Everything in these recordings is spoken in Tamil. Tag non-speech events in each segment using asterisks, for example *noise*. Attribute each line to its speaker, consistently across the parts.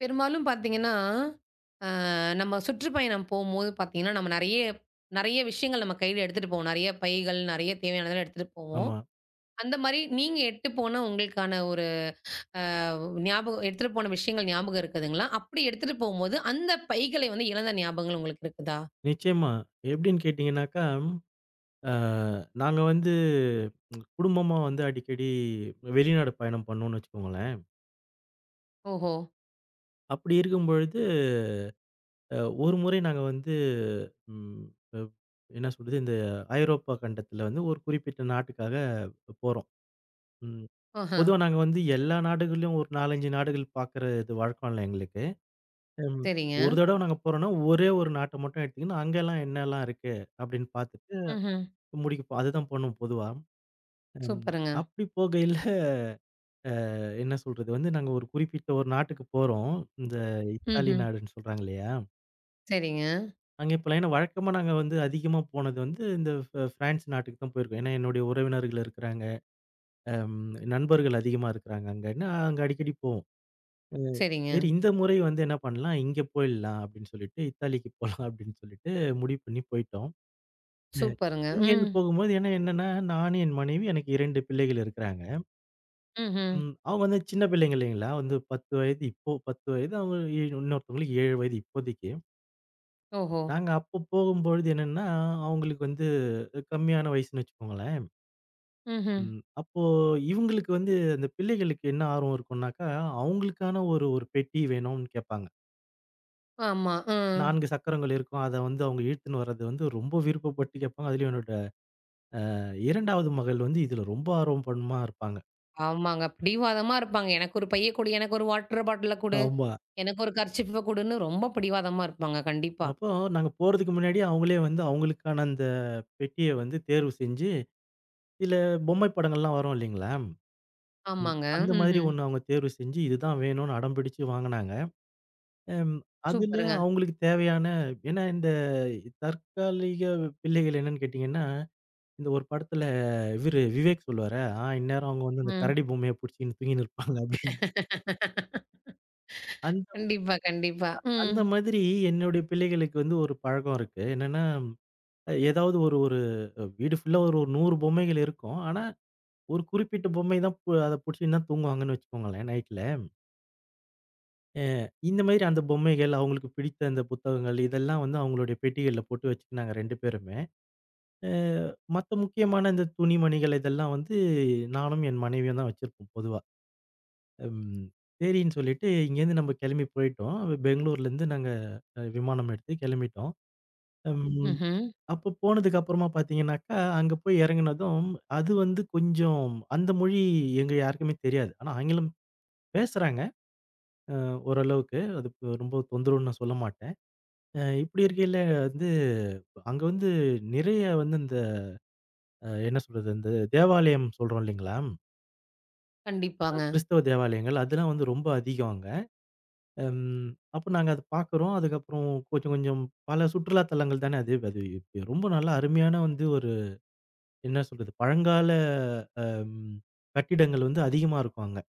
Speaker 1: பெரும்பாலும் பார்த்தீங்கன்னா, நம்ம சுற்றுப்பயணம் போம்போது பார்த்தீங்கன்னா, நம்ம நெறைய நெறைய விஷயங்கள் நம்ம கையில எடுத்துட்டு போவோம். நெறைய பைகள், நெறைய தேவையானதெல்லாம் எடுத்துட்டு போவோம்.
Speaker 2: ஆமா.
Speaker 1: அந்த மாரி நீங்க எட்டு போன உங்களுக்கான ஒரு அ ஞாபகம் எடுத்துட்டு போன விஷயங்கள் ஞாபகம் இருக்குதுங்களா? அப்படி எடுத்துட்டு போம்போது, அந்த பைகளை வந்து இழந்த ஞாபகங்கள் உங்களுக்கு இருக்குதா?
Speaker 2: நிச்சயமா. எப்படின்னு கேட்டீங்கன்னாக்கா, அ நாங்க வந்து குடும்பமா வந்து அடிக்கடி வெளிநாடு பயணம் பண்ணோம்னு வச்சுக்கோங்களேன்.
Speaker 1: ஓஹோ!
Speaker 2: அப்படி இருக்கும்பொழுது, அ ஒரு முறை நாங்க வந்து ம் அ என்ன சொல்றது, இந்த ஐரோப்பா கண்டத்தில வந்து ஒரு குறிப்பிட்ட நாட்டுக்காக போறோம். ம்.
Speaker 1: ஆஹ.
Speaker 2: பொதுவா நாங்க வந்து எல்லா நாடுகள்லயும் ஒரு 4, 5 நாடுகள் பார்க்கறது வழக்கம் இல்ல எங்களுக்கு. ம்.
Speaker 1: சரிங்க.
Speaker 2: ஒரு தடவ நாங்க போறோம்னா, ஒரே ஒரு நாட்ட மட்டும் எடுத்துக்கின்னு, அங்கலாம் என்னலாம் இருக்கு அப்படின்னு பார்த்துட்டு
Speaker 1: ம்ஹ்ம்.
Speaker 2: முடிக்க அதுதான் பண்ணுவோம் பொதுவா. ம்.
Speaker 1: சூப்பருங்க.
Speaker 2: அப்படி போகையில என்ன சொல்றது வந்து நாங்க ஒரு குறிப்பிட்ட ஒரு நாட்டுக்கு போறோம். இந்த இத்தாலி
Speaker 1: ம்ஹ்ம்.
Speaker 2: நாடுன்னு சொல்றாங்க இல்லையா?
Speaker 1: சரிங்க,
Speaker 2: அங்க இப்பல்லாம் ஏன்னா வழக்கமா நாங்க வந்து அதிகமா போனது வந்து இந்த ஃப்ரான்ஸ் நாட்டுக்கு தான் போயிருக்கோம். ஏன்னா என்னுடைய உறவினர்கள் இருக்கிறாங்க. அம் நண்பர்கள் அதிகமா இருக்கிறாங்க அங்கன்னா, அங்க அடிக்கடி போவோம். அ சரி
Speaker 1: சரிங்க.
Speaker 2: இந்த முறை வந்து என்ன பண்ணலாம், இங்க போயிடலாம் அப்படின்னு சொல்லிட்டு இத்தாலிக்கு போலாம் அப்படின்னு சொல்லிட்டு முடிவு பண்ணி போயிட்டோம். அ
Speaker 1: சூப்பருங்க. ம்.
Speaker 2: இங்கேருந்து போகும்போது ஏன்னா என்னன்னா, நானு, என் மனைவி எனக்கு 2 பிள்ளைகள் இருக்கிறாங்க.
Speaker 1: ம்ஹ்ம்.
Speaker 2: ம். அவங்க வந்து சின்ன பிள்ளைங்க இல்லைங்களா? வந்து 10 வயது இப்போ 10 வயது அவங்க இன்னொருத்தவங்களுக்கு 7 வயது இப்போதைக்கு.
Speaker 1: ஓஹோ!
Speaker 2: நாங்க அப்போ போகும்பொழுது என்னன்னா, அவங்களுக்கு வந்து கம்மியான வயசுன்னு வச்சுக்கோங்களேன்.
Speaker 1: ம்ஹ்ம்.
Speaker 2: ம். அப்போ இவங்களுக்கு வந்து அந்த பிள்ளைகளுக்கு என்ன ஆர்வம் இருக்கும்னாக்கா, அவங்களுக்கான ஒரு ஒரு பெட்டி வேணும்னு கேட்பாங்க.
Speaker 1: ஆமா. ம்.
Speaker 2: 4 சக்கரங்கள் இருக்கும். அத வந்து அவங்க இழுத்துன்னு வர்றது வந்து ரொம்ப விருப்பப்பட்டு கேட்பாங்க. அதுலயும் என்னோட 2வது மகள் வந்து இதுல ரொம்ப ஆர்வம் பண்ணமா இருப்பாங்க.
Speaker 1: ஆமாங்க. பிடிவாதமா இருப்பாங்க. எனக்கு ஒரு பைய குடு, எனக்கு ஒரு வாட்டர் பாட்டில குடு,
Speaker 2: ஆமா.
Speaker 1: எனக்கு ஒரு கர்ச்சீஃப்ப குடுன்னு ரொம்ப பிடிவாதமா இருப்பாங்க. கண்டிப்பா.
Speaker 2: அப்போ நாங்க போறதுக்கு முன்னாடியே அவங்களே வந்து அவங்களுக்கான அந்த பெட்டிய வந்து தேர்வு செஞ்சு சில பொம்மை படங்கள்லாம் வரும் இல்லைங்களா? ம்.
Speaker 1: ஆமாங்க.
Speaker 2: அந்த மாதிரி
Speaker 1: ம்ஹ்ம்.
Speaker 2: ஒண்ணு அவங்க தேர்வு செஞ்சு இதுதான் வேணும்னு அடம் பிடிச்சு வாங்குனாங்க. அம் அதுல
Speaker 1: சூப்பருங்க.
Speaker 2: அவங்களுக்கு தேவையான ஏன்னா இந்த தற்காலிக பிள்ளைகள் என்னன்னு கேட்டீங்கன்னா, இந்த ஒரு படத்துல இவரு விவேக் சொல்லுவாரா, "ஆ இந்நேரம் அவங்க வந்து அந்த
Speaker 1: ம்.
Speaker 2: கரடி பொம்மைய புடிச்சுக்கின்னு தூங்கின்னு இருப்பாங்க" அப்படின்னு. அந்த
Speaker 1: கண்டிப்பா, கண்டிப்பா.
Speaker 2: அந்த
Speaker 1: ம்.
Speaker 2: மாதிரி என்னுடைய பிள்ளைகளுக்கு வந்து ஒரு பழக்கம் இருக்கு. என்னன்னா, ஏதாவது ஒரு ஒரு வீடு ஃபுல்லா ஒரு 100 பொம்மைகள் இருக்கும். ஆனா, ஒரு குறிப்பிட்ட பொம்மை தான் அத புடிச்சுன்னு தான் தூங்குவாங்கன்னு வச்சுக்கோங்களேன் நைட்ல. இந்த மாதிரி அந்த பொம்மைகள், அவங்களுக்கு பிடித்த அந்த புத்தகங்கள், இதெல்லாம் வந்து அவங்களுடைய பெட்டிகள்ல போட்டு வச்சுக்கினாங்க 2 பேருமே. அ மத்த முக்கியமான இந்த துணிமணிகள் இதெல்லாம் வந்து நானும், என் மனைவியும் தான் வச்சிருப்போம் பொதுவா. ம். சரின்னு சொல்லிட்டு இங்கேருந்து நம்ம கிளம்பி போயிட்டோம். பெங்களூர்லேருந்து நாங்க விமானம் எடுத்து கிளம்பிட்டோம். ம்.
Speaker 1: ம்ஹ்ம்.
Speaker 2: அப்போ போனதுக்கு அப்புறமா பார்த்தீங்கன்னாக்கா, அங்க போய் இறங்குனதும், அது வந்து கொஞ்சம் அந்த மொழி எங்க யாருக்குமே தெரியாது. ஆனா ஆங்கிலம் பேசுறாங்க. அ ஓரளவுக்கு. அது ரொம்ப தொந்தரவுன்னு நான் சொல்ல மாட்டேன். இப்படி இருக்கையில வந்து, அங்க வந்து நிறைய வந்து இந்த அ என்ன சொல்றது, இந்த தேவாலயம் சொல்றோம் இல்லைங்களா?
Speaker 1: கண்டிப்பாங்க.
Speaker 2: கிறிஸ்தவ தேவாலயங்கள் அதெல்லாம் வந்து ரொம்ப அதிகம் அங்க. ம் அப்போ நாங்க அத பார்க்குறோம். அதுக்கப்புறம் கொஞ்சம் கொஞ்சம் பல சுற்றுலா தலங்கள் தானே அது. அது இப்ப ரொம்ப நல்லா அருமையான வந்து ஒரு என்ன சொல்றது, பழங்கால அம் கட்டிடங்கள் வந்து அதிகமா இருக்கும் அங்க.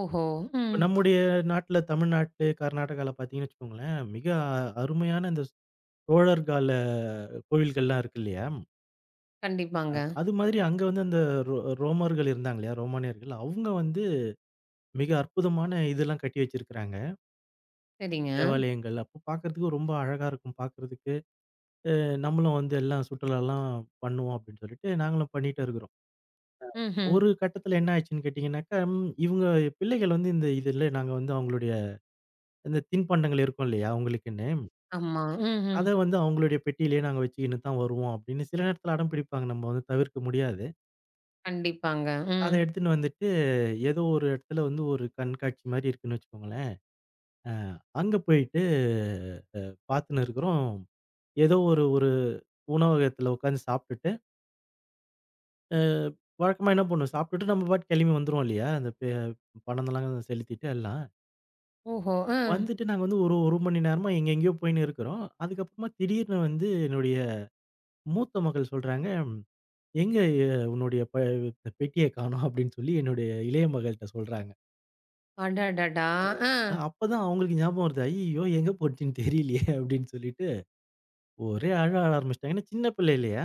Speaker 1: ஓஹோ!
Speaker 2: இப்ப
Speaker 1: ம்.
Speaker 2: நம்முடைய நாட்ல தமிழ்நாட்டு, கர்நாடகால பார்த்தீங்கன்னு வச்சுக்கோங்களேன், மிக அருமையான இந்த சோழர் கால கோவில்கள்லாம் இருக்கு இல்லையா?
Speaker 1: கண்டிப்பாங்க.
Speaker 2: அது மாதிரி அங்க வந்து அந்த ரோ ரோமர்கள் இருந்தாங்க இல்லையா? ரோமானியர்கள். அவங்க வந்து மிக அற்புதமான இதெல்லாம் கட்டி வச்சிருக்கிறாங்க.
Speaker 1: சரிங்க.
Speaker 2: தேவாலயங்கள். அப்போ பார்க்கறதுக்கு ரொம்ப அழகா இருக்கும் பார்க்கறதுக்கு. நம்மளும் வந்து எல்லாம் சுற்றுலாலாம் பண்ணுவோம் அப்படின்னு சொல்லிட்டு நாங்களும் பண்ணிட்டு இருக்கிறோம்.
Speaker 1: ம்ஹ்ம்.
Speaker 2: ஒரு கட்டத்தில என்ன ஆச்சுன்னு கேட்டீங்கன்னாக்கா, இவங்க பிள்ளைகள் வந்து இந்த இதுல நாங்க வந்து அவங்களுடைய இந்த தின்பண்டங்கள் இருக்கும் இல்லையா? அவங்களுக்குன்னு.
Speaker 1: ஆமா. ம்ஹ்ம்.
Speaker 2: அத வந்து அவங்களுடைய பெட்டியிலேயே நாங்க வச்சுக்கின்னு தான் வருவோம் அப்படின்னு சில நேரத்தில அடம் பிடிப்பாங்க. நம்ம வந்து தவிர்க்க முடியாது.
Speaker 1: கண்டிப்பாங்க.
Speaker 2: அத
Speaker 1: ம்.
Speaker 2: எடுத்துன்னு வந்துட்டு ஏதோ ஒரு இடத்துல வந்து ஒரு கண்காட்சி மாரி இருக்குன்னு வச்சுக்கோங்களேன். அ அங்க போயிட்டு அ பார்த்துன்னு இருக்கிறோம். ஏதோ ஒரு ஒரு உணவகத்துல உட்காந்து சாப்பிட்டுட்டு, அ வழக்கமா என்ன பண்ணுவோம், சாப்பிட்டுட்டு நம்ம பாட்டுக்கு கிளம்பி வந்துருவோம் இல்லையா? அந்த பே பணம்லாம் செலுத்திட்டு எல்லாம்.
Speaker 1: ஓஹோ! அ.
Speaker 2: வந்துட்டு நாங்க வந்து ஒரு 1 மணி நேரமா எங்க எங்கேயோ போயின்னு இருக்கிறோம். அதுக்கப்புறமா திடீர்னு வந்து என்னுடைய மூத்த மகள் சொல்றாங்க, "எங்க உன்னுடைய பெட்டிய காணோம்" அப்படின்னு சொல்லி என்னுடைய இளைய மகள்ட்ட சொல்றாங்க.
Speaker 1: அடடடா! அ.
Speaker 2: அப்பதான் அவங்களுக்கு ஞாபகம் வருது. "ஐயய்யோ! எங்க போச்சுன்னு தெரியலையே" அப்படின்னு சொல்லிட்டு ஒரே அழ ஆரம்பிச்சுட்டாங்க. ஏன்னா சின்ன பிள்ளை இல்லையா?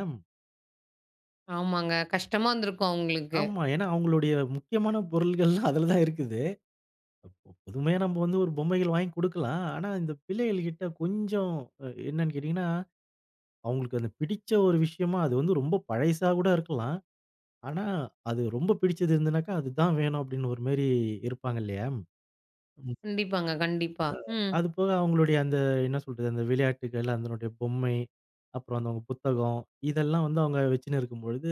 Speaker 1: ஆமாங்க. கஷ்டமா இருந்திருக்கும் அவங்களுக்கு.
Speaker 2: ஆமா. ஏன்னா அவங்களுடைய முக்கியமான பொருள்கள்லாம் அதுல தான் இருக்குது. அப்போ புதுமையா நம்ம வந்து ஒரு பொம்மைகள் வாங்கி குடுக்கலாம். ஆனா இந்த பிள்ளைகள்கிட்ட கொஞ்சம் என்னன்னு கேட்டீங்கன்னா, அவங்களுக்கு அந்த பிடிச்ச ஒரு விஷயமா அது வந்து ரொம்ப பழசா கூட இருக்கலாம். ஆனா அது ரொம்ப பிடிச்சது இருந்ததுனாக்கா, அதுதான் வேணும் அப்படின்னு ஒரு மாரி இருப்பாங்க இல்லையா? ம்.
Speaker 1: கண்டிப்பாங்க, கண்டிப்பா. ம்.
Speaker 2: அது போக அவங்களுடைய அந்த என்ன சொல்றது, அந்த விளையாட்டுகள், அதனுடைய பொம்மை, அப்புறம் அந்த அவங்க புத்தகம், இதெல்லாம் வந்து அவங்க வச்சுன்னு இருக்கும்பொழுது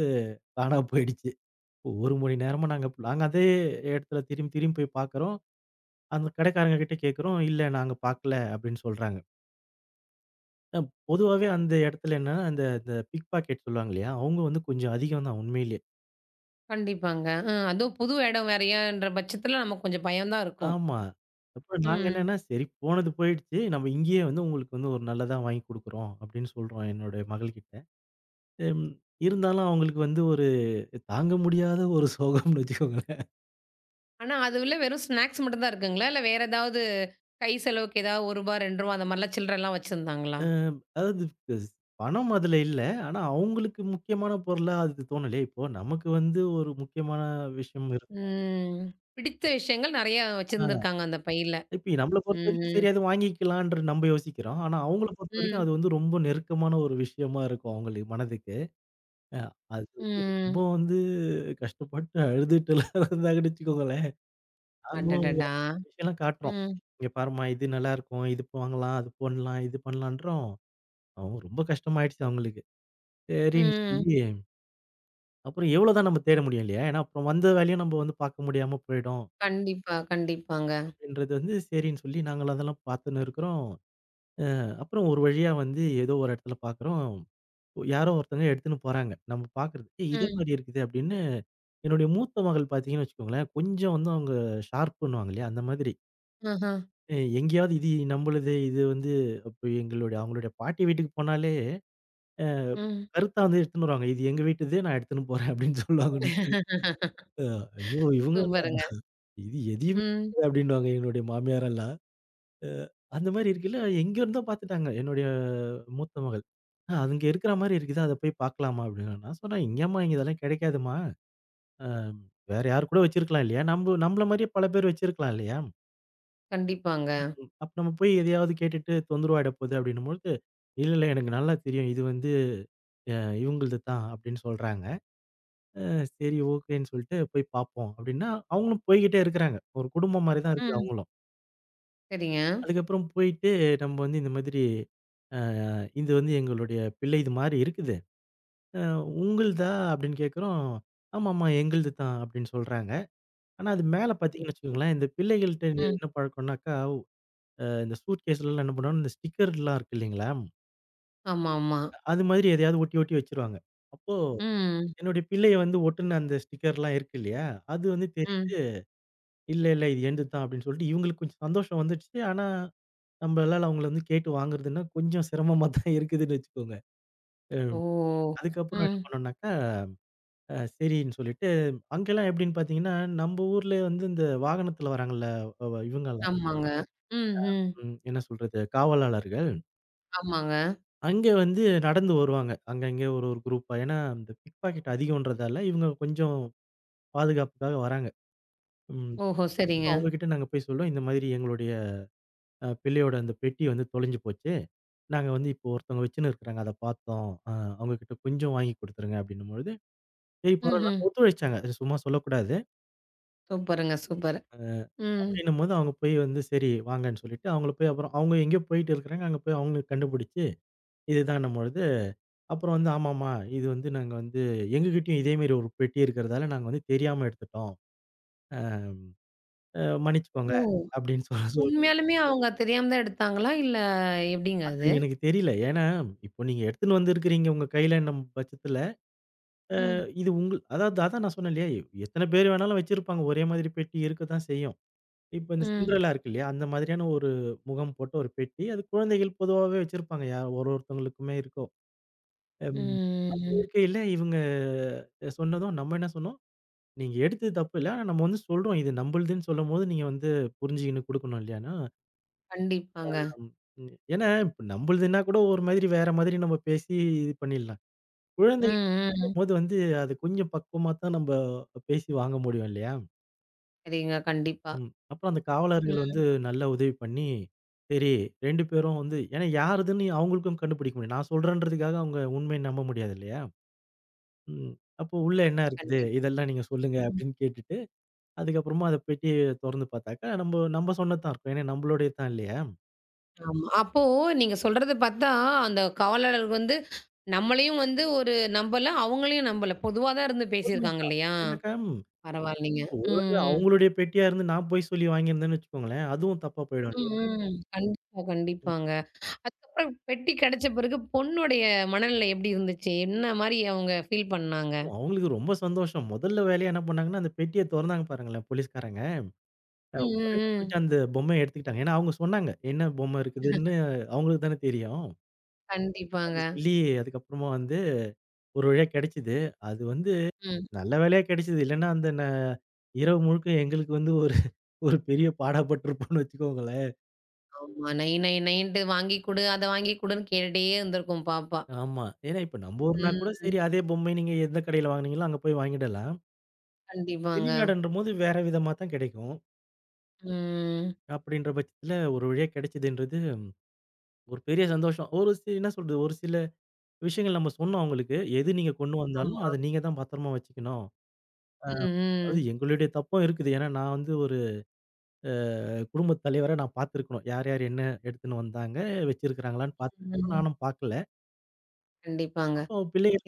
Speaker 2: காணாம போயிடுச்சு. ஒரு மணி நேரமா நாங்க நாங்க அதே இடத்துல திரும்பி திரும்பி போய் பார்க்குறோம். அந்த கடைக்காரங்க கிட்ட கேட்கிறோம். "இல்ல நாங்க பார்க்கல" அப்படின்னு சொல்றாங்க. அ பொதுவாவே அந்த இடத்துல என்னன்னா, இந்த பிக் பாக்கெட் சொல்லுவாங்க இல்லையா? அவங்க வந்து கொஞ்சம் அதிகம் தான் உண்மையிலேயே.
Speaker 1: கண்டிப்பாங்க. அதுவும் புது இடம் வேறயான்ற பட்சத்துல நமக்கு கொஞ்சம் பயம் தான் இருக்கும்.
Speaker 2: ஆமா. அப்புறம் நாங்க
Speaker 1: ம்.
Speaker 2: என்னன்னா, "சரி போனது போயிடுச்சு. நம்ம இங்கேயே வந்து உங்களுக்கு வந்து ஒரு நல்லதா வாங்கி குடுக்குறோம்" அப்படின்னு சொல்றோம் என்னோட மகள்கிட்ட. ம். இருந்தாலும் அவங்களுக்கு வந்து ஒரு தாங்க முடியாத ஒரு சோகம்னு வச்சுக்கோங்களேன்.
Speaker 1: ஆனா அதுவுள்ள வெறும் ஸ்நாக்ஸ் மட்டும் தான் இருக்குங்களா? இல்ல வேற ஏதாவது கை செலவுக்கு ஏதாவது ரூ. 1 ரூ. 2 அந்த மாரிலாம் சில்றலாம் வச்சிருந்தாங்களா?
Speaker 2: அ அதாவது ஸ்- பணம் அதுல இல்ல. ஆனா அவங்களுக்கு முக்கியமான பொருளா அது தோணலையே! இப்போ நமக்கு வந்து ஒரு முக்கியமான விஷயம் இருக்கும்.
Speaker 1: ம். பிடித்த விஷயங்கள் நெறைய வச்சிருந்திருக்காங்க அந்த பையில.
Speaker 2: இப்ப நம்மள பொறுத்தவரைக்கும்
Speaker 1: ம்ஹ்ம்.
Speaker 2: சரி அது வாங்கிக்கலாம்ன்ற நம்ம யோசிக்கிறோம். ஆனா அவங்கள பொறுத்தவரைக்கும்
Speaker 1: ம்.
Speaker 2: அது வந்து ரொம்ப நெருக்கமான ஒரு விஷயமா இருக்கும் அவங்களுக்கு மனதுக்கு. அ அது வந்து ரொம்ப
Speaker 1: ம்.
Speaker 2: வந்து கஷ்டப்பட்டு அழுதுட்டுலாம் *laughs* இருந்தாங்கன்னு வச்சுக்கோங்களேன். நாங்களும் வேற
Speaker 1: அடடடா!
Speaker 2: விஷயம்லாம் காட்டுறோம்.
Speaker 1: ம்.
Speaker 2: "இங்க பாரும்மா இது நல்லாயிருக்கும். இது வாங்கலாம், அது பண்ணலாம், இது பண்ணலான்றோம்." அவங்க ரொம்ப கஷ்டமாயிடுச்சு அவங்களுக்கு. சரின்னு
Speaker 1: ம்.
Speaker 2: சொல்லி அப்புறம் எவ்வளோ தான் நம்ம தேட முடியும் இல்லையா? ஏன்னா அப்புறம் வந்த வேலையும் நம்ம வந்து பார்க்க முடியாம போயிடும்.
Speaker 1: கண்டிப்பா, கண்டிப்பாங்க.
Speaker 2: அப்படின்றது வந்து சரின்னு சொல்லி நாங்களும் அதெல்லாம் பார்த்துன்னு இருக்கிறோம். அப்புறம் ஒரு வழியா வந்து ஏதோ ஒரு இடத்துல பார்க்குறோம். யாரோ ஒருத்தங்க எடுத்துன்னு போறாங்க. நம்ம பார்க்குறது. ஏய் இதே
Speaker 1: ம்.
Speaker 2: மாரி இருக்குது அப்படின்னு என்னுடைய மூத்த மகள் பார்த்தீங்கன்னு வச்சுக்கோங்களேன், கொஞ்சம் வந்து அவங்க ஷார்ப் பண்ணுவாங்க இல்லையா? அந்த மாதிரி.
Speaker 1: ஆஹா.
Speaker 2: அ எங்கேயாவது இது நம்மளுது இது வந்து அப்ப எங்களுடைய அவங்களுடைய பாட்டி வீட்டுக்கு போனாலே
Speaker 1: ம்.
Speaker 2: கருத்தா வந்து எடுத்துன்னு வருவாங்க. இது எங்க வீட்டுது நான் எடுத்துன்னு போறேன் அப்படின்னு சொல்லுவாங்கன்னு வச்சுக்கோங்க.
Speaker 1: *laughs*
Speaker 2: ஐயோ! இவங்க எல்லாம்
Speaker 1: சூப்பருங்க.
Speaker 2: இது எதையுமே
Speaker 1: ம்.
Speaker 2: அப்படின்னுவாங்க என்னுடைய மாமியாரெல்லாம். அ அந்த மாரி இருக்குல்ல எங்க இருந்தோ பார்த்துட்டாங்க. என்னுடைய மூத்த மகள். அங்க இருக்கிற மாரி இருக்குது. அத போய் பார்க்கலாமா?" அப்படின்னேன். நான் சொன்னேன், "எங்கேம்மா இங்க இதெல்லாம் கிடைக்காதும்மா. அ வேற யார் கூட வச்சிருக்கலாம் இல்லையா? நம்பள மாரியே பல பேர் வச்சிருக்கலாம் இல்லையா?
Speaker 1: கண்டிப்பாங்க.
Speaker 2: அப்ப நம்ம போய் எதையாவது கேட்டுட்டு தொந்தரவு ஆயிட போகுது." அப்படின்னும்பொழுது, "இல்ல, இல்ல. எனக்கு நல்லா தெரியும். இது வந்து அ இவங்கள்து தான்" அப்படின்னு சொல்றாங்க. அ சரி ஓகேன்னு சொல்லிட்டு போய் பார்ப்போம் அப்படின்னா, அவங்களும் போய்க்கிட்டே இருக்கிறாங்க. ஒரு குடும்பம் மாரி தான் இருக்குது
Speaker 1: ம்.
Speaker 2: அவங்களும்.
Speaker 1: சரிங்க.
Speaker 2: அதுக்கப்புறம் போயிட்டு நம்ம வந்து இந்த மாதிரி, "அ இது வந்து எங்களுடைய பிள்ளைது மாரி இருக்குது. அ உங்களுதா?" அப்படின்னு கேட்கிறோம். "ஆமாமா எங்களுது தான்" அப்படின்னு சொல்றாங்க. ஆனா அது மேல பார்த்தீங்கன்னு வச்சுக்கோங்களேன், இந்த பிள்ளைகள்ட்ட இங்க
Speaker 1: ம்.
Speaker 2: என்ன பழக்கம்னாக்கா, இந்த சூட்கேஸ்லலாம் என்ன பண்ணுவாங்கன்னா, இந்த ஸ்டிக்கர்லாம் இருக்கு இல்லைங்களா?
Speaker 1: ஆமாமா.
Speaker 2: அது மாதிரி எதையாவது ஒட்டி ஒட்டி வச்சுருவாங்க. அப்போ
Speaker 1: ம்.
Speaker 2: என்னுடைய பிள்ளைய வந்து ஒட்டுன அந்த ஸ்டிக்கர்லாம் இருக்கு இல்லையா? அது வந்து தெரியும்.
Speaker 1: ம்.
Speaker 2: "இல்ல இல்ல இது என்னது தான்" அப்படின்னு சொல்லிட்டு இவங்களுக்கு கொஞ்சம் சந்தோஷம் வந்துடுச்சு. ஆனா நம்மளால அவங்கள வந்து கேட்டு வாங்குறதுன்னா கொஞ்சம் சிரமமா தான் இருக்குதுன்னு வச்சுக்கோங்க. அ
Speaker 1: ஓ!
Speaker 2: அதுக்கப்புறம் என்ன
Speaker 1: ம்.
Speaker 2: பண்ணோம்னாக்கா சரின்னு சொல்லிட்டு, அங்கெல்லாம் எப்படின்னு பார்த்தீங்கன்னா, நம்ம ஊர்ல வந்து இந்த வாகனத்துல வராங்கல்ல, இவங்கலாம்
Speaker 1: ஆமாங்க. ம், ம்.
Speaker 2: என்ன சொல்றது? காவலாளர்கள்.
Speaker 1: ஆமாங்க.
Speaker 2: அங்க வந்து நடந்து வருவாங்க. அங்கங்க ஒரு ஒரு குரூப்பா. ஏன்னா, இந்த பிக் பாக்கெட் அதிகம்ன்றதால, இவங்க கொஞ்சம் பாதுகாப்புக்காக வராங்க. ம்.
Speaker 1: ஓஹோ! சரிங்க.
Speaker 2: அவங்ககிட்ட நாங்க போய் சொல்றோம். இந்த மாதிரி எங்களுடைய பிள்ளையோட அந்த பெட்டி வந்து தொலைஞ்சு போச்சு. நாங்க வந்து இப்போ ஒருத்தவங்க வச்சுன்னு இருக்கிறாங்க. அத பார்த்தோம். அவங்க கிட்ட கொஞ்சம் வாங்கி குடுத்துருங்க அப்படின்னும்பொழுது, சரி
Speaker 1: ம்ஹ்ம்.
Speaker 2: பரவாயில்லன்னு ஒத்துழைச்சாங்க. சும்மா சொல்லக்கூடாது.
Speaker 1: சூப்பருங்க, சூப்பர். ம்.
Speaker 2: அப்படின்னும்போது அவங்க போய் வந்து சரி வாங்கன்னு சொல்லிட்டு, அவங்கள போய் அப்புறம் அவங்க எங்கேயோ போயிட்டு இருக்கிறாங்க. அங்க போய் அவங்கள கண்டுபிடிச்சு, இதுதான்னும் பொழுது, அப்புறம் வந்து ஆமாமா, இது வந்து நாங்க வந்து எங்ககிட்டயும் இதே மாரி ஒரு பெட்டி இருக்கிறதால நாங்க வந்து தெரியாம எடுத்துட்டோம். மன்னிச்சுக்கோங்க
Speaker 1: ஓ!
Speaker 2: அப்படின்னு சொல்ல சொல்
Speaker 1: உண்மையாலுமே அவங்க தெரியாம தான் எடுத்தாங்களா? இல்ல எப்படிங்க
Speaker 2: அது
Speaker 1: அது?
Speaker 2: எனக்கு தெரியல. ஏன்னா, இப்போ நீங்க எடுத்துன்னு வந்திருக்கிறீங்க உங்க கையிலன்னும் பட்சத்துல,
Speaker 1: ம்,
Speaker 2: இது உங்கள் அதாவது அதான் நான் சொன்னேன் இல்லையா, எத்தன பேர் வேணாலும் வச்சிருப்பாங்க. ஒரே மாதிரி பெட்டி இருக்க தான் செய்யும். இப்ப இந்த
Speaker 1: ம்,
Speaker 2: சிண்ட்ரெல்லா இருக்கு இல்லையா, அந்த மாதிரியான ஒரு முகம் போட்ட ஒரு பெட்டி. அது குழந்தைகள் பொதுவாவே வச்சிருப்பாங்க. யார் ஒருத்தவங்களுக்குமே இருக்கும். ம். அப்படி
Speaker 1: ம்.
Speaker 2: இருக்கையில இவங்க சொன்னதும் நம்ம என்ன சொன்னோம், "நீங்க எடுத்தது தப்பு இல்ல. ஆனா நம்ம வந்து சொல்றோம். இது நம்பளுதுன்னு சொல்லும்போது நீங்க வந்து புரிஞ்சுக்கின்னு குடுக்கணும் இல்லையான்னா"
Speaker 1: கண்டிப்பாங்க.
Speaker 2: ம். ம். ஏன்னா இப்ப நம்பளுதுன்னா கூட ஒரு மாதிரி வேற மாதிரி நம்ம பேசி இது பண்ணிடலாம்.
Speaker 1: ம், ம்.
Speaker 2: குழந்தைங்கங்கும்போது வந்து அது கொஞ்சம் பக்குவமா தான் நம்ப பேசி வாங்க முடியும் இல்லையா?
Speaker 1: சரிங்க. கண்டிப்பா.
Speaker 2: ம். அப்புறம் அந்த காவலர்கள் வந்து
Speaker 1: ம்.
Speaker 2: நல்லா உதவி பண்ணி, சரி 2 பேரும் வந்து ஏன்னா யாருதுன்னு அவங்களுக்கும் கண்டுபிடிக்க முடியும். நான் சொல்றேன்றதுக்காக அவங்க உண்மைய நம்ப முடியாது இல்லையா? ம். அப்போ உள்ள என்ன இருக்குது?
Speaker 1: கண்டிப்பா.
Speaker 2: இதெல்லாம் நீங்க சொல்லுங்க
Speaker 1: ம்.
Speaker 2: அப்படின்னு கேட்டுட்டு, அதுக்கப்புறமா அத பெட்டிய தொறந்து பார்த்தாக்கா, நம்ப நம்ப சொன்னது தான் இருக்கும். ஏன்னா நம்பளுடையது தான் இல்லையா?
Speaker 1: ஆமா. அப்போ நீங்க சொல்றத பார்த்தா, அந்த காவலாளர் வந்து நம்மளையும் வந்து ஒரு நம்பல, அவங்களையும் நம்பல. பொதுவா தான் இருந்து பேசியிருக்காங்க
Speaker 2: உண்மதான்.
Speaker 1: இல்லையா?
Speaker 2: ஏன்னாக்கா
Speaker 1: பரவாயில்லைங்க.
Speaker 2: இப்ப
Speaker 1: ம்.
Speaker 2: அவங்களுடைய பெட்டியா இருந்து நான் போய் சொல்லி வாங்கியிருந்தேன்னு வச்சுக்கோங்களேன், அதுவும் தப்பா போயிடும்
Speaker 1: ம்,
Speaker 2: இல்லையா?
Speaker 1: ம். கண்டிப்பா,
Speaker 2: ம்.
Speaker 1: கண்டிப்பாங்க. அதுக்கப்புறம் பெட்டி கிடைச்ச பிறகு பொண்ணுடைய மனநிலை எப்படி இருந்துச்சு? என்ன மாரி அவங்க ஃபீல் பண்ணாங்க?
Speaker 2: அவங்களுக்கு ரொம்ப சந்தோஷம். முதல்ல வேலையா என்ன பண்ணாங்கன்னா, அந்த பெட்டிய தொறந்தாங்க பாருங்களேன் போலீஸ்காரங்க.
Speaker 1: ம்,
Speaker 2: உடனே
Speaker 1: ம்,
Speaker 2: போயிட்டு
Speaker 1: ம்.
Speaker 2: அந்த பொம்மைய எடுத்துக்கிட்டாங்க. ஏன்னா அவங்க சொன்னாங்க. என்ன பொம்மை இருக்குதுன்னு அவங்களுக்கு தானே தெரியும். அத
Speaker 1: கண்டிப்பாங்க.
Speaker 2: சொல்லி அதுக்கப்புறமா வந்து ஒரு வழியா கிடைச்சது. அது வந்து
Speaker 1: ம்.
Speaker 2: நல்ல வேலையா கிடைச்சது. இல்லன்னா, அந்த ந இரவு முழுக்க எங்களுக்கு வந்து ஒரு ஒரு பெரிய பாடாப்பட்டுருப்போம்ன்னு வச்சுக்கோங்களேன்.
Speaker 1: ஆமா. நை நை நைன்ட்டு வாங்கி குடு, அத வாங்கி குடுன்னு கேட்டுட்டே இருந்திருக்கும் பாப்பா.
Speaker 2: ஆமா. ஏன்னா, இப்ப நம்ம ஊர்னா கூட சரி
Speaker 1: ம்.
Speaker 2: அதே பொம்மை நீங்க எந்த கடையில வாங்குனீங்களோ அங்க போய் வாங்கிடலாம்.
Speaker 1: கண்டிப்பாங்க.
Speaker 2: வெளிநாடுன்றபோது வேற விதமா தான் கிடைக்கும்.
Speaker 1: ம்.
Speaker 2: அப்படின்ற பட்சத்துல ஒரு வழியா கிடைச்சதுன்றது ஒரு பெரிய சந்தோஷம். ஒரு சி என்ன சொல்றது, ஒரு சில விஷயங்கள் நம்ம சொன்னோம் அவங்களுக்கு. எது நீங்க கொண்டு வந்தாலும்
Speaker 1: ஆமா.
Speaker 2: அத நீங்க தான் பத்திரமா வச்சுக்கணும்.
Speaker 1: ம்,
Speaker 2: அதாவது
Speaker 1: ம்.
Speaker 2: எங்களுடைய தப்பும் இருக்குது. ஏன்னா, நான் வந்து ஒரு குடும்பத் தலைவரா நான் பார்த்துருக்கணும். யார் யார் என்ன எடுத்துன்னு வந்தாங்க, வச்சிருக்கிறாங்களான்னு பார்த்துருக்கணும்.
Speaker 1: ம்.
Speaker 2: நானும் பார்க்கல.
Speaker 1: கண்டிப்பாங்க.
Speaker 2: அப்போ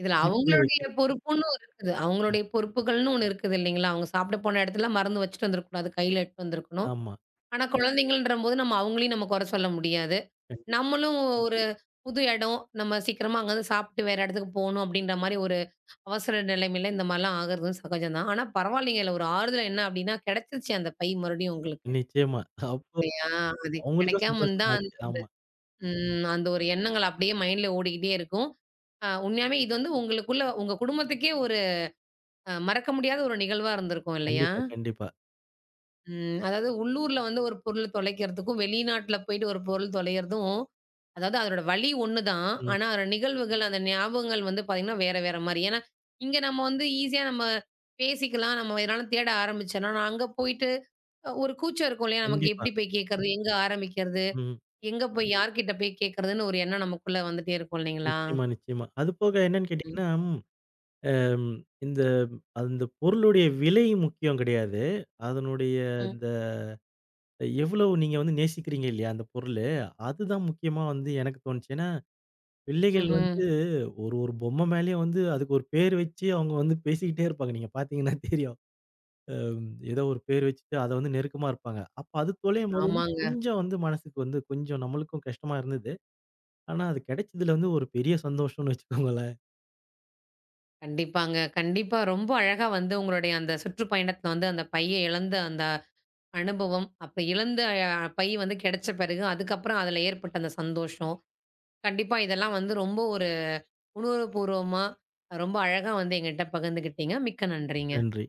Speaker 1: இதுல
Speaker 2: கொஞ்சம் புரிய
Speaker 1: அவங்களுடைய
Speaker 2: வைக்கணும்.
Speaker 1: பொறுப்புன்னு இருக்குது.
Speaker 2: ஆமா,
Speaker 1: அவங்களுடைய பொறுப்புகள்னு ஒண்ணு இருக்குது இல்லைங்களா? அவங்க சாப்பிட போன இடத்துல மறந்து வச்சுட்டு வந்துரக்கூடாது. கையில எடுத்துட்டு வந்துருக்கணும்.
Speaker 2: ஆமா.
Speaker 1: ஆனா குழந்தைங்கன்றபோது நம்ம அவங்களையும் நம்ம குறை சொல்ல முடியாது.
Speaker 2: கண்டிப்பா.
Speaker 1: நம்மளும் ஒரு புது இடம், நம்ம சீக்கிரமா அங்கருந்து சாப்பிட்டு வேற இடத்துக்கு போணும் அப்படின்ற மாரி ஒரு அவசர நிலைமையில இந்த மாரிலாம் ஆகுறது சகஜம் தான். ஆனா பரவாயில்லைங்கல்ல ஒரு ஆறுதல் என்ன அப்படின்னா கிடைச்சிருச்சு அந்த பை மறுபடியும் உங்களுக்கு.
Speaker 2: நிச்சயமா. அப்போ
Speaker 1: இல்லையா? அது
Speaker 2: அவங்களுக்கும்
Speaker 1: கிடைக்காம இருந்தா
Speaker 2: சந்தோஷமாச்சு.
Speaker 1: அந்த ஒரு
Speaker 2: ஆமா.
Speaker 1: ம் அந்த ஒரு எண்ணங்கள் அப்படியே மைண்ட்ல ஓடிக்கிட்டே இருக்கும். உண்மையாவே இது வந்து உங்களுக்குள்ள உங்க குடும்பத்துக்கே ஒரு மறக்க முடியாத ஒரு நிகழ்வா இருந்திருக்கும் இல்லையா?
Speaker 2: கண்டிப்பா.
Speaker 1: ம். அதாவது உள்ளூர்ல வந்து ஒரு பொருள் தொலைக்கிறதுக்கும், வெளிநாட்ல போயிட்டு ஒரு பொருள் தொலையறதும் அதாவது அதோட வழி ஒண்ணுதான்.
Speaker 2: ம்.
Speaker 1: ஆனா, அதோட நிகழ்வுகள், அந்த ஞாபகங்கள் வந்து பார்த்தீங்கன்னா, வேற வேற மாரி. ஏன்னா, இங்க நம்ம வந்து ஈஸியா நம்ம பேசிக்கலாம். நம்ம எதுனால தேட ஆரம்பிச்சோம்னா, நான் அங்க போயிட்டு ஒரு கூச்சம் இருக்கும் இல்லையா? நமக்கு
Speaker 2: கண்டிப்பா.
Speaker 1: எப்படி போய் கேட்கறது? எங்க ஆரம்பிக்கிறது?
Speaker 2: ம்.
Speaker 1: எங்க போய் யார்கிட்ட போய் கேட்கறதுன்னு ஒரு எண்ணம் நமக்குள்ள வந்துட்டே இருக்கும் இல்லைங்களா?
Speaker 2: நிச்சயமா. அதுபோக என்னன்னு
Speaker 1: ம்.
Speaker 2: கேட்டீங்கன்னா, அம் இந்த அந்த பொருளுடைய விலை முக்கியம் கிடையாது. அதனுடைய
Speaker 1: ம்.
Speaker 2: இந்த எவ்வளவு நீங்க வந்து நேசிக்கிறீங்க இல்லையா? அந்த பொருளு. அதுதான் முக்கியமா வந்து எனக்கு தோணுச்சு. ஏன்னா, பிள்ளைகள்
Speaker 1: ம்ஹ்ம்.
Speaker 2: வந்து ஒரு ஒரு பொம்மை மேலயும் வந்து அதுக்கு ஒரு பேர் வச்சு அவங்க வந்து பேசிக்கிட்டே இருப்பாங்க. நீங்க பார்த்தீங்கன்னா தெரியும். ஏதோ ஒரு பேர் வச்சுட்டு அத வந்து நெருக்கமா இருப்பாங்க. அப்ப அது தொலையும்போது வந்து
Speaker 1: ஆமாங்க.
Speaker 2: கொஞ்சம் வந்து மனசுக்கு வந்து கொஞ்சம் நம்மளுக்கும் கஷ்டமா இருந்தது. ஆனா அது கிடைச்சதுல வந்து ஒரு பெரிய சந்தோஷம்னு வச்சுக்கோங்களேன்.
Speaker 1: கண்டிப்பாங்க. கண்டிப்பா ரொம்ப அழகா வந்து உங்களுடைய அந்த சுற்றுப்பயணத்துல வந்து அந்த பைய இழந்த அந்த அனுபவம், அப்ப இழந்த பை வந்து கிடைச்ச பிறகு, அதுக்கப்புறம் அதுல ஏற்பட்ட அந்த சந்தோஷம் கண்டிப்பா. இதெல்லாம் வந்து ரொம்ப ஒரு உணர்வுபூர்வமா, ரொம்ப அழகா வந்து என்கிட்ட பகிர்ந்துக்கிட்டீங்க. மிக்க நன்றிங்க.
Speaker 2: நன்றி.